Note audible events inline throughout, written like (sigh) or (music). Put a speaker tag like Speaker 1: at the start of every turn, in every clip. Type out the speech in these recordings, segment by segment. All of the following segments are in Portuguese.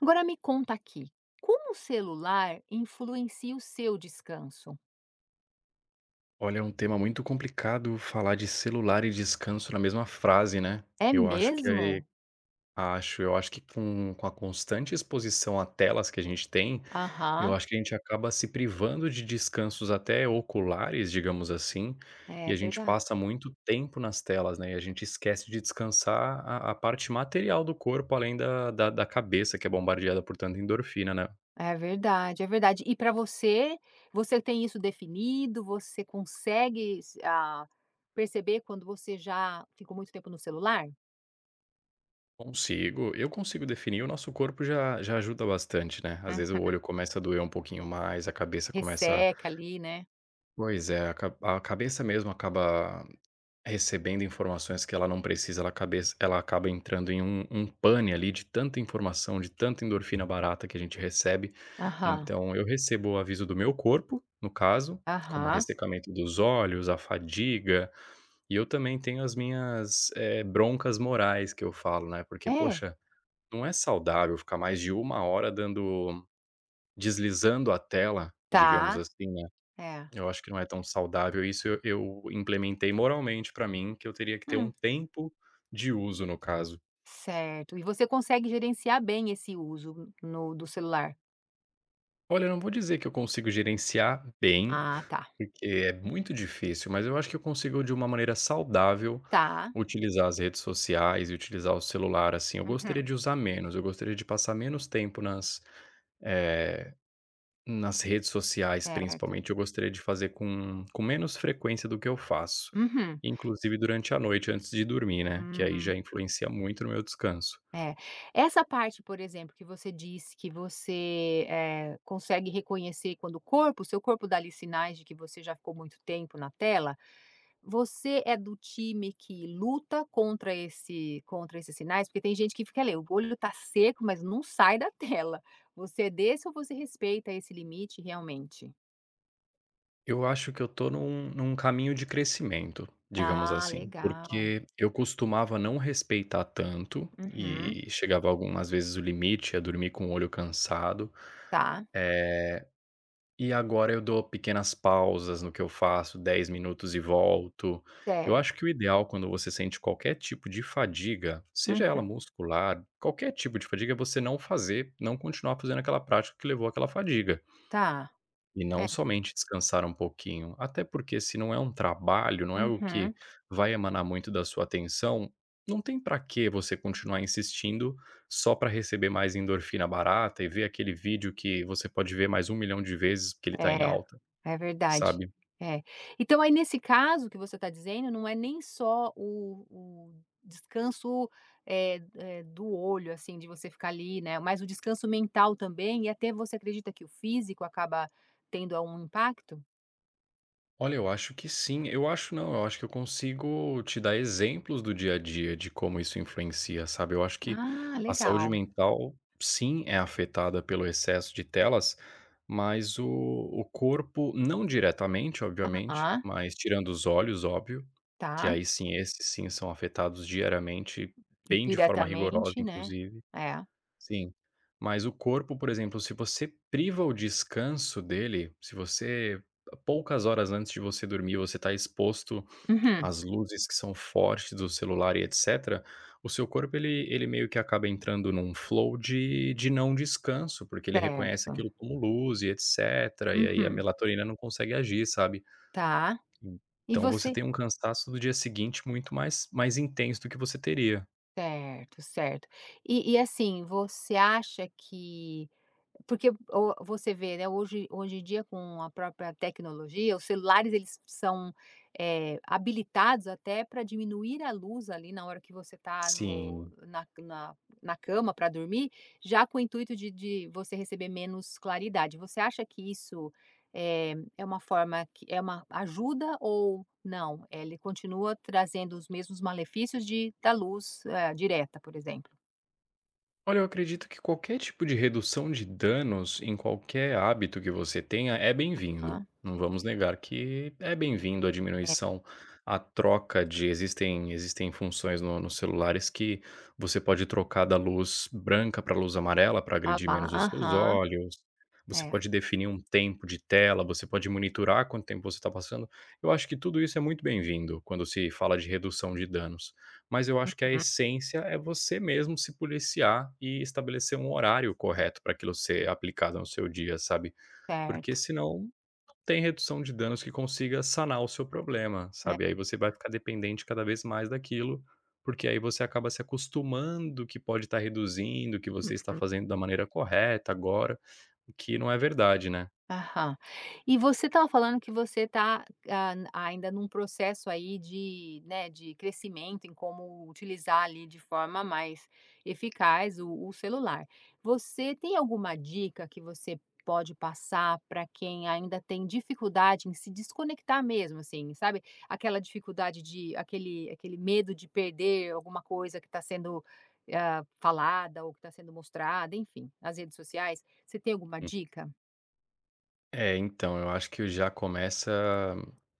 Speaker 1: Agora me conta aqui, como o celular influencia o seu descanso?
Speaker 2: Olha, é um tema muito complicado falar de celular e descanso na mesma frase, né.
Speaker 1: É
Speaker 2: Eu acho que é,
Speaker 1: mesmo?
Speaker 2: eu acho que com a constante exposição a telas que a gente tem, eu
Speaker 1: Aham.
Speaker 2: acho que a gente acaba se privando de descansos até oculares, digamos assim, e
Speaker 1: É
Speaker 2: a gente
Speaker 1: verdade.
Speaker 2: passa muito tempo nas telas, né, e a gente esquece de descansar a parte material do corpo, além da cabeça que é bombardeada por tanta endorfina, né.
Speaker 1: É verdade. E para você, você tem isso definido? Você consegue, perceber quando você já ficou muito tempo no celular?
Speaker 2: Consigo, eu consigo definir, o nosso corpo já já ajuda bastante, né. Às vezes o
Speaker 1: Hum.
Speaker 2: olho começa a doer um pouquinho mais, a cabeça começa.
Speaker 1: Resseca ali, né.
Speaker 2: Pois é, a cabeça mesmo acaba recebendo informações que ela não precisa, ela acaba entrando em um pane ali de tanta informação, de tanta endorfina barata que a gente recebe.
Speaker 1: Aham,
Speaker 2: Então eu recebo o aviso do meu corpo, no caso, como
Speaker 1: aham.
Speaker 2: ressecamento dos olhos, a fadiga, e eu também tenho as minhas, broncas morais que eu falo, né, porque
Speaker 1: É,
Speaker 2: poxa, não é saudável ficar mais de uma hora dando deslizando a tela, digamos
Speaker 1: tá,
Speaker 2: assim, né.
Speaker 1: é.
Speaker 2: Eu acho que não é tão saudável isso, eu implementei moralmente pra mim que eu teria que ter um
Speaker 1: Hum,
Speaker 2: tempo de uso, no caso.
Speaker 1: certo. E você consegue gerenciar bem esse uso no do celular?
Speaker 2: Olha, eu não vou dizer que eu consigo gerenciar bem,
Speaker 1: Ah, tá.
Speaker 2: porque é muito difícil, mas eu acho que eu consigo, de uma maneira saudável,
Speaker 1: Tá.
Speaker 2: utilizar as redes sociais e utilizar o celular, assim. Eu
Speaker 1: Uhum,
Speaker 2: gostaria de usar menos, eu gostaria de passar menos tempo eh Nas redes sociais,
Speaker 1: certo.
Speaker 2: principalmente, eu gostaria de fazer com menos frequência do que eu faço,
Speaker 1: Uhum.
Speaker 2: inclusive durante a noite antes de dormir, né, que aí
Speaker 1: Hum,
Speaker 2: já influencia muito no meu descanso.
Speaker 1: é. Essa parte, por exemplo, que você disse que você, consegue reconhecer quando o seu corpo dá ali sinais de que você já ficou muito tempo na tela, você é do time que luta contra esse contra esses sinais? Porque tem gente que fica ali, o olho tá seco, mas não sai da (laughs) tela. Você é desse ou você respeita esse limite realmente?
Speaker 2: Eu acho que eu tô num caminho de crescimento, digamos
Speaker 1: Ah,
Speaker 2: assim,
Speaker 1: legal.
Speaker 2: porque eu costumava não respeitar tanto
Speaker 1: Uhum.
Speaker 2: e chegava algumas vezes o limite, a dormir com o olho cansado.
Speaker 1: Tá,
Speaker 2: eh, E agora eu dou pequenas pausas no que eu faço, 10 minutos e volto. Eu acho
Speaker 1: certo.
Speaker 2: que o ideal quando você sente qualquer tipo de fadiga, seja ela
Speaker 1: Uhum.
Speaker 2: muscular, qualquer tipo de fadiga, é você não fazer, não continuar fazendo aquela prática que levou àquela fadiga.
Speaker 1: Tá.
Speaker 2: E
Speaker 1: É.
Speaker 2: não somente descansar um pouquinho. Até porque se não é um trabalho, não é algo que
Speaker 1: Uhum.
Speaker 2: vai emanar muito da sua atenção, não tem pra que você continuar insistindo só para receber mais endorfina barata e ver aquele vídeo que você pode ver mais um milhão de vezes porque ele tá em
Speaker 1: É,
Speaker 2: alta.
Speaker 1: é verdade.
Speaker 2: Sabe?
Speaker 1: É. Então aí nesse caso que você está dizendo, não é nem só o descanso, do olho, assim, de você ficar ali, né, mas o descanso mental também e até você acredita que o físico acaba tendo algum impacto?
Speaker 2: Olha, eu acho que sim. Eu acho não, eu acho que eu consigo te dar exemplos do dia a dia de como isso influencia, sabe? Eu acho que
Speaker 1: Ah,
Speaker 2: a saúde
Speaker 1: legal.
Speaker 2: mental, sim, é afetada pelo excesso de telas, mas o corpo, não diretamente, obviamente,
Speaker 1: Aham,
Speaker 2: mas tirando os olhos, óbvio, que
Speaker 1: tá.
Speaker 2: aí sim, esses sim são afetados diariamente, bem de forma rigorosa,
Speaker 1: Diretamente, né.
Speaker 2: inclusive.
Speaker 1: É.
Speaker 2: Sim. Mas o corpo, por exemplo, se você priva o descanso dele, se você poucas horas antes de você dormir, você está exposto
Speaker 1: Uhum.
Speaker 2: às luzes que são fortes do celular e etcétera, o seu corpo ele meio que acaba entrando num flow de não descanso, porque ele reconhece
Speaker 1: Certo.
Speaker 2: aquilo como luz e etcétera, e aí a
Speaker 1: Uhum.
Speaker 2: melatonina não consegue agir, sabe.
Speaker 1: Tá. E
Speaker 2: Então você
Speaker 1: você
Speaker 2: tem um cansaço do dia seguinte muito mais intenso do que você teria.
Speaker 1: certo, certo. E assim, você acha que porque o você vê, né, hoje em dia com a própria tecnologia, os celulares eles são, habilitados até para diminuir a luz ali na hora que você está
Speaker 2: Sim.
Speaker 1: na na cama para dormir, já com o intuito de você receber menos claridade. Você acha que isso, é uma forma que é uma ajuda ou não? Ele continua trazendo os mesmos malefícios de da luz, direta, por exemplo.
Speaker 2: Olha, eu acredito que qualquer tipo de redução de danos em qualquer hábito que você tenha é bem-vindo.
Speaker 1: Hã,
Speaker 2: Não vamos negar que é bem-vindo a
Speaker 1: é.
Speaker 2: diminuição, a troca de existem funções no, nos celulares que você pode trocar da luz branca para luz amarela para
Speaker 1: Ah
Speaker 2: agredir
Speaker 1: lá,
Speaker 2: menos os seus
Speaker 1: aham.
Speaker 2: olhos. Você
Speaker 1: É.
Speaker 2: pode definir um tempo de tela, você pode monitorar quanto tempo você está passando. Eu acho que tudo isso é muito bem-vindo quando se fala de redução de danos. Mas eu acho que a
Speaker 1: Uhum.
Speaker 2: essência é você mesmo se policiar e estabelecer um horário correto para aquilo ser aplicado no seu dia, sabe. Porque
Speaker 1: Certo,
Speaker 2: senão não tem redução de danos que consiga sanar o seu problema,
Speaker 1: é.
Speaker 2: sabe. Aí você vai ficar dependente cada vez mais daquilo, porque aí você acaba se acostumando que pode estar reduzindo, que você está
Speaker 1: Uhum.
Speaker 2: fazendo da maneira correta agora, o que não é verdade, né.
Speaker 1: Aham. E você estava falando que você está, ainda num processo aí de, né, de crescimento em como utilizar ali de forma mais eficaz o celular. Você tem alguma dica que você pode passar para quem ainda tem dificuldade em se desconectar mesmo, assim, sabe? Aquela dificuldade de aquele medo de perder alguma coisa que está sendo, falada ou que está sendo mostrada, enfim, nas redes sociais. Você tem alguma dica?
Speaker 2: É, então, eu acho que já começa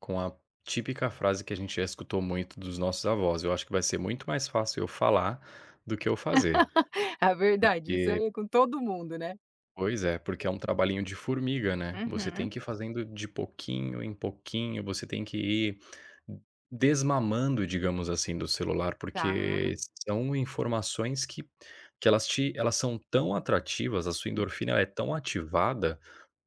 Speaker 2: com a típica frase que a gente já escutou muito dos nossos avós. Eu acho que vai ser muito mais fácil eu falar do que eu fazer.
Speaker 1: É verdade, isso
Speaker 2: E,
Speaker 1: aí é com todo mundo, né.
Speaker 2: pois é, porque é um trabalhinho de formiga, né? Você tem
Speaker 1: Uhum.
Speaker 2: que ir fazendo de pouquinho em pouquinho, você tem que ir desmamando, digamos assim, do celular,
Speaker 1: Tá.
Speaker 2: porque são informações que elas são tão atrativas, a sua endorfina ela é tão ativada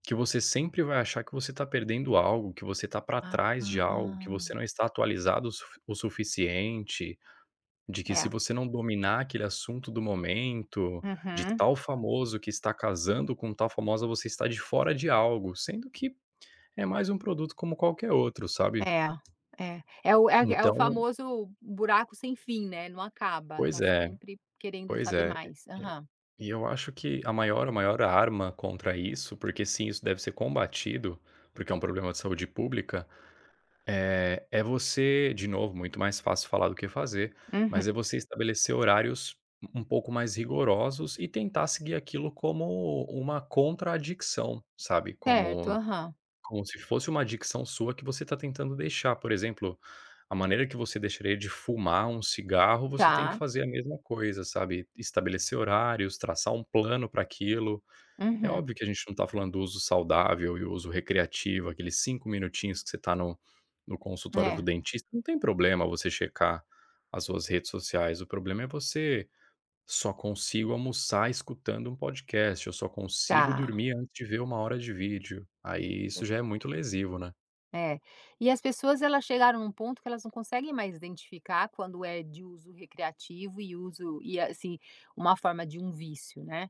Speaker 2: que você sempre vai achar que você está perdendo algo, que você está para trás de algo, que você
Speaker 1: Ah,
Speaker 2: não está atualizado o suficiente, de que se
Speaker 1: é.
Speaker 2: você não dominar aquele assunto do momento, de
Speaker 1: Uhum.
Speaker 2: tal famoso que está casando com tal famosa, você está de fora de algo, sendo que é mais um produto como qualquer outro, sabe.
Speaker 1: É, é. É o é o
Speaker 2: Então,
Speaker 1: famoso buraco sem fim, né, não acaba,
Speaker 2: pois
Speaker 1: tá
Speaker 2: é,
Speaker 1: sempre querendo
Speaker 2: pois
Speaker 1: saber
Speaker 2: é. E
Speaker 1: mais. Aham.
Speaker 2: e eu acho que a maior arma contra isso, porque sim, isso deve ser combatido, porque é um problema de saúde pública. É você de novo, muito mais fácil falar do que fazer,
Speaker 1: Uhum.
Speaker 2: mas é você estabelecer horários um pouco mais rigorosos e tentar seguir aquilo como uma contradição, sabe,
Speaker 1: Certo,
Speaker 2: como
Speaker 1: aham.
Speaker 2: como se fosse uma adicção sua que você está tentando deixar. Por exemplo, a maneira que você deixaria de fumar um cigarro, você tem que
Speaker 1: Tá.
Speaker 2: fazer a mesma coisa, sabe, estabelecer horários, traçar um plano para aquilo. É
Speaker 1: Uhum.
Speaker 2: óbvio que a gente não está falando do uso saudável e o uso recreativo, aqueles 5 minutinhos que você está no consultório do
Speaker 1: É,
Speaker 2: dentista, não tem problema você checar as suas redes sociais, o problema é você "só consigo almoçar escutando um podcast", eu "só consigo
Speaker 1: tá.
Speaker 2: dormir antes de ver uma hora de vídeo", aí isso já é muito lesivo, né.
Speaker 1: É. E as pessoas elas chegaram num ponto que elas não conseguem mais identificar quando é de uso recreativo e uso e, assim, uma forma de um vício, né.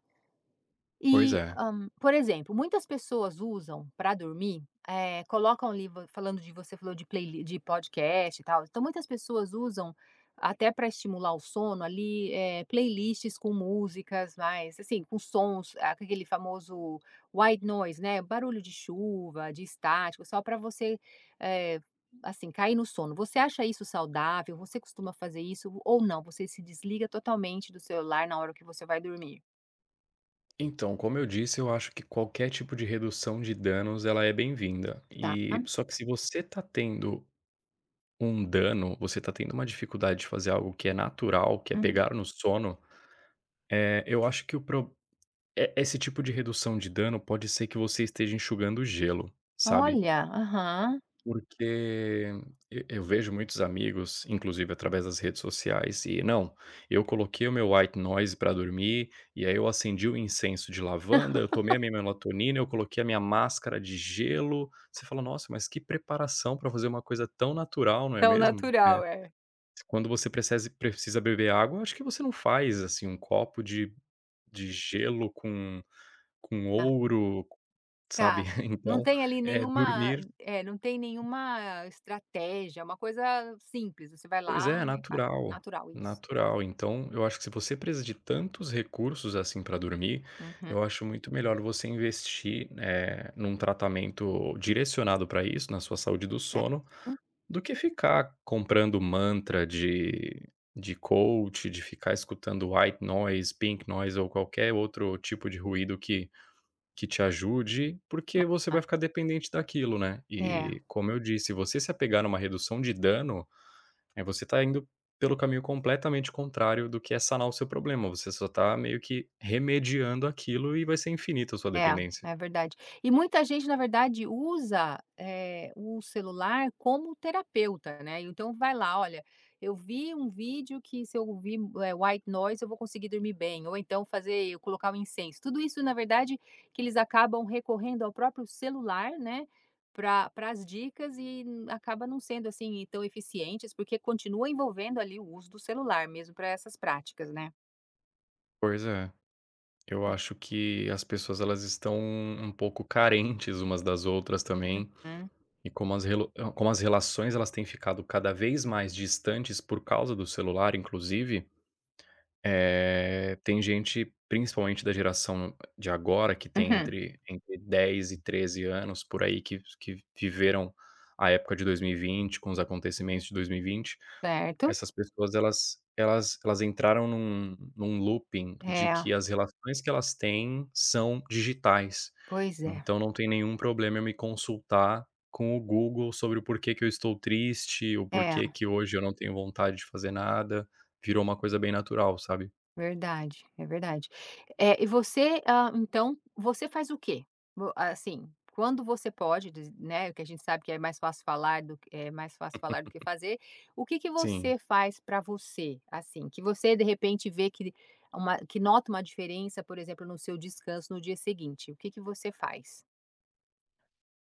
Speaker 2: Pois
Speaker 1: E,
Speaker 2: é.
Speaker 1: hã, por exemplo, muitas pessoas usam para dormir, colocam ali vo falando de você falou de playli de podcast e tal, então muitas pessoas usam, até para estimular o sono ali, playlists com músicas mais assim, com sons, com aquele famoso white noise, né, barulho de chuva, de estático, só para você, eh, assim, cair no sono. Você acha isso saudável? Você costuma fazer isso ou não? Você se desliga totalmente do celular na hora que você vai dormir,
Speaker 2: Então, como eu disse, eu acho que qualquer tipo de redução de danos ela é bem-vinda.
Speaker 1: tá?
Speaker 2: E só que se você está tendo um dano, você tá tendo uma dificuldade de fazer algo que é natural, que é pegar no sono, eu acho que o pro e esse tipo de redução de dano pode ser que você esteja enxugando gelo, sabe.
Speaker 1: Olha, aham.
Speaker 2: Porque E eu vejo muitos amigos, inclusive através das redes sociais, e: "Não, eu coloquei o meu white noise pra dormir, e aí eu acendi o incenso de lavanda, eu tomei a minha melatonina, eu coloquei a minha máscara de gelo". Você fala: "Nossa, mas que preparação pra fazer uma coisa tão natural, não é
Speaker 1: É
Speaker 2: mesmo?".
Speaker 1: natural, é.
Speaker 2: Quando você precese precisa beber água, acho que você não faz, assim, um copo de gelo com
Speaker 1: Ah,
Speaker 2: ouro, sabe.
Speaker 1: tá.
Speaker 2: (laughs)
Speaker 1: Não
Speaker 2: Então,
Speaker 1: tem ali
Speaker 2: é
Speaker 1: nenhuma
Speaker 2: dormir.
Speaker 1: não tem nenhuma estratégia, é uma coisa simples, você vai
Speaker 2: Pois é,
Speaker 1: lá,
Speaker 2: é
Speaker 1: né, e faz.
Speaker 2: natural,
Speaker 1: Natural, isso.
Speaker 2: natural. Então, eu acho que se você precisa de tantos recursos, assim, para dormir,
Speaker 1: Uhum,
Speaker 2: eu acho muito melhor você investir, num tratamento direcionado para isso, na sua saúde do sono,
Speaker 1: certo.
Speaker 2: do que ficar comprando mantra de coach, de ficar escutando white noise, pink noise ou qualquer outro tipo de ruído que te ajude, porque
Speaker 1: Ah,
Speaker 2: você vai ficar dependente daquilo, né.
Speaker 1: é.
Speaker 2: E, como eu disse, você se apegar numa redução de dano, aí você tá indo pelo caminho completamente contrário do que é sanar o seu problema, você só tá meio que remediando aquilo e vai ser infinita a sua
Speaker 1: É,
Speaker 2: dependência.
Speaker 1: é verdade. E muita gente, na verdade, usa, o celular como terapeuta, né. Então vai lá: "Olha, eu vi um vídeo que se eu ouvir, white noise eu vou conseguir dormir bem", ou então fazer eu colocar um incenso. Tudo isso, na verdade, que eles acabam recorrendo ao próprio celular, né, para as dicas e acaba não sendo, assim, tão eficientes, porque continua envolvendo ali o uso do celular mesmo para essas práticas, né.
Speaker 2: Pois é. Eu acho que as pessoas elas estão um pouco carentes umas das outras também,
Speaker 1: Uhum.
Speaker 2: e como as relações elas têm ficado cada vez mais distantes por causa do celular inclusive, tem gente, principalmente da geração de agora, que tem
Speaker 1: Uhum.
Speaker 2: entre 10 e 13 anos por aí que viveram a época de 2020 com os acontecimentos de 2020.
Speaker 1: Certo.
Speaker 2: Essas pessoas elas entraram num looping de
Speaker 1: É,
Speaker 2: que as relações que elas têm são digitais,
Speaker 1: pois é.
Speaker 2: então não tem nenhum problema eu me consultar com o Google sobre o porquê que eu estou triste, o
Speaker 1: É,
Speaker 2: porquê que hoje eu não tenho vontade de fazer nada, virou uma coisa bem natural, sabe.
Speaker 1: verdade, é verdade. Eh, e você, então, você faz o quê? Vo assim, quando você pode diz né, que a gente sabe que é mais fácil falar do que fazer, o que que
Speaker 2: Sim,
Speaker 1: você faz para você, assim, que você de repente vê que uma que nota uma diferença, por exemplo, no seu descanso no dia seguinte, o que que você faz?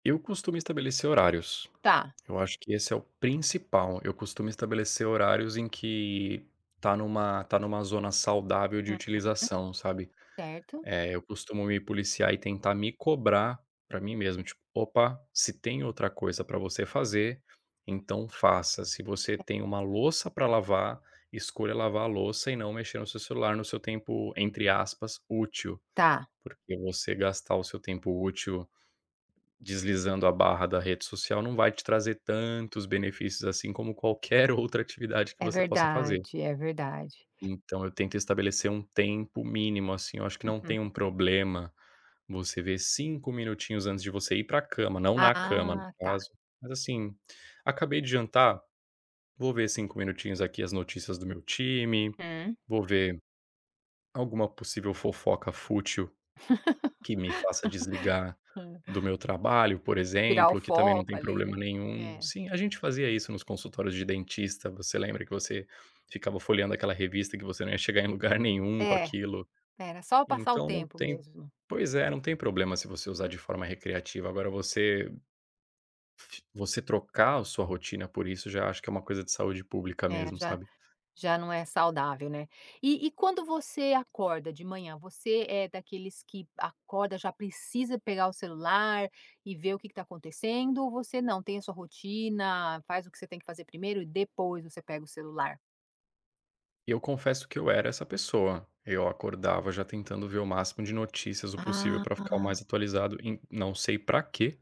Speaker 2: eu costumo estabelecer horários,
Speaker 1: Tá,
Speaker 2: eu acho que esse é o principal, eu costumo estabelecer horários em que tá numa zona saudável de
Speaker 1: hum,
Speaker 2: utilização, sabe.
Speaker 1: certo.
Speaker 2: É, eu costumo me policiar e tentar me cobrar pra mim mesmo, tipo: "Opa, se tem outra coisa pra você fazer, então faça. Se você tem uma louça pra lavar, escolha lavar a louça e não mexer no seu celular no seu tempo, entre aspas, útil",
Speaker 1: Tá,
Speaker 2: porque você gastar o seu tempo útil deslizando a barra da rede social não vai te trazer tantos benefícios assim como qualquer (laughs) outra atividade que
Speaker 1: é
Speaker 2: você possa fazer.
Speaker 1: verdade, é verdade.
Speaker 2: Então eu tento estabelecer um tempo mínimo, assim, eu acho que não
Speaker 1: Uhum.
Speaker 2: tem um problema você ver 5 minutinhos antes de você ir pra cama, não na cama, no
Speaker 1: Ah, tá.
Speaker 2: caso, mas assim: "Acabei de jantar, vou ver 5 minutinhos aqui as notícias do meu time,
Speaker 1: Hum.
Speaker 2: vou ver alguma possível fofoca fútil que me faça desligar do meu trabalho", por
Speaker 1: Tirar o
Speaker 2: exemplo, que também não
Speaker 1: foco
Speaker 2: tem
Speaker 1: ali,
Speaker 2: problema
Speaker 1: né.
Speaker 2: nenhum.
Speaker 1: É,
Speaker 2: Sim, a gente fazia isso nos consultórios de dentista, você lembra que você ficava folheando aquela revista que você não ia chegar em lugar (laughs) nenhum com
Speaker 1: é,
Speaker 2: aquilo.
Speaker 1: era só passar o
Speaker 2: Então não
Speaker 1: tempo
Speaker 2: tem
Speaker 1: mesmo.
Speaker 2: Pois é, não tem problema se você usar de forma recreativa, agora você trocar a sua rotina por isso, já acho que é uma coisa de saúde pública
Speaker 1: É,
Speaker 2: mesmo,
Speaker 1: já
Speaker 2: sabe.
Speaker 1: já não é saudável, né. E quando você acorda de manhã, você é daqueles que acorda, já precisa pegar o celular e ver o que está acontecendo, ou você não, tem a sua rotina, faz o que você tem que fazer primeiro e depois você pega o celular?
Speaker 2: E eu confesso que eu era essa pessoa, eu acordava já tentando ver o máximo de notícias o possível para ficar o
Speaker 1: Ah,
Speaker 2: mais atualizado em não sei pra quê,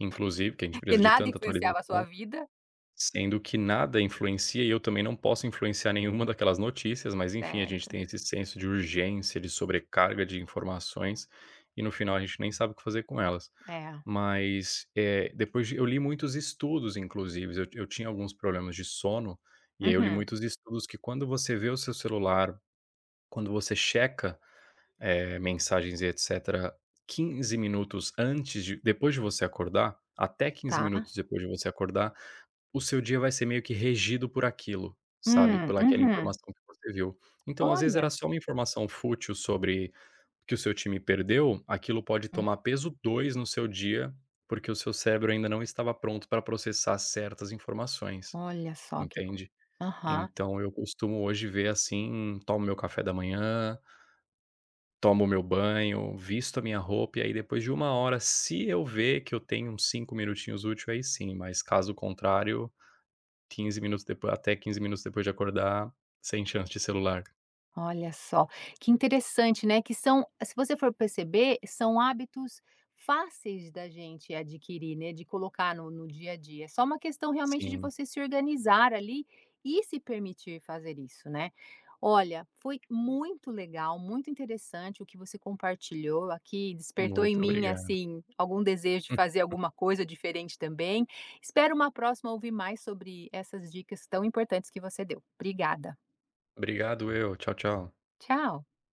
Speaker 2: inclusive, porque a gente
Speaker 1: que
Speaker 2: precisa de
Speaker 1: nada
Speaker 2: tanta
Speaker 1: influenciava a sua
Speaker 2: atualização.
Speaker 1: vida?
Speaker 2: Sendo que nada influencia e eu também não posso influenciar nenhuma daquelas notícias, mas enfim, a gente
Speaker 1: Certo,
Speaker 2: tem esse senso de urgência, de sobrecarga de informações, e no final a gente nem sabe o que fazer com elas.
Speaker 1: é.
Speaker 2: Mas, depois de eu li muitos estudos, inclusive eu tinha alguns problemas de sono, e aí eu li
Speaker 1: Uhum,
Speaker 2: muitos estudos que quando você vê o seu celular, quando você checa, mensagens e etcétera, 15 minutos antes de depois de você acordar, até 15
Speaker 1: tá.
Speaker 2: minutos depois de você acordar, o seu dia vai ser meio que regido por aquilo, sabe, pela aquela
Speaker 1: Uhum.
Speaker 2: informação que você viu. Então, às vezes, era
Speaker 1: Olha.
Speaker 2: só uma informação fútil sobre que o seu time perdeu, aquilo pode tomar peso 2 no seu dia, porque o seu cérebro ainda não estava pronto para processar certas informações,
Speaker 1: Olha só que coisa.
Speaker 2: entende.
Speaker 1: Aham.
Speaker 2: Então eu costumo hoje ver assim, tomo meu café da manhã, tomo meu banho, visto a minha roupa e aí depois de uma hora, se eu ver que eu tenho uns 5 minutinhos úteis, aí sim, mas caso contrário, 15 minutos depois até 15 minutos depois de acordar, sem chance de celular.
Speaker 1: Olha só, que interessante, né, que são se você for perceber, são hábitos fáceis da gente adquirir, né, de colocar no dia a dia. É só uma questão realmente de
Speaker 2: Sim,
Speaker 1: você se organizar ali e se permitir fazer isso, né. Olha, foi muito legal, muito interessante o que você compartilhou aqui, despertou em
Speaker 2: muito
Speaker 1: mim,
Speaker 2: obrigado.
Speaker 1: assim, algum desejo de
Speaker 2: Hum.
Speaker 1: fazer alguma coisa diferente também. Espero uma próxima ouvir mais sobre essas dicas tão importantes que você deu. Obrigada.
Speaker 2: Obrigado eu. Tchau, tchau.
Speaker 1: Tchau.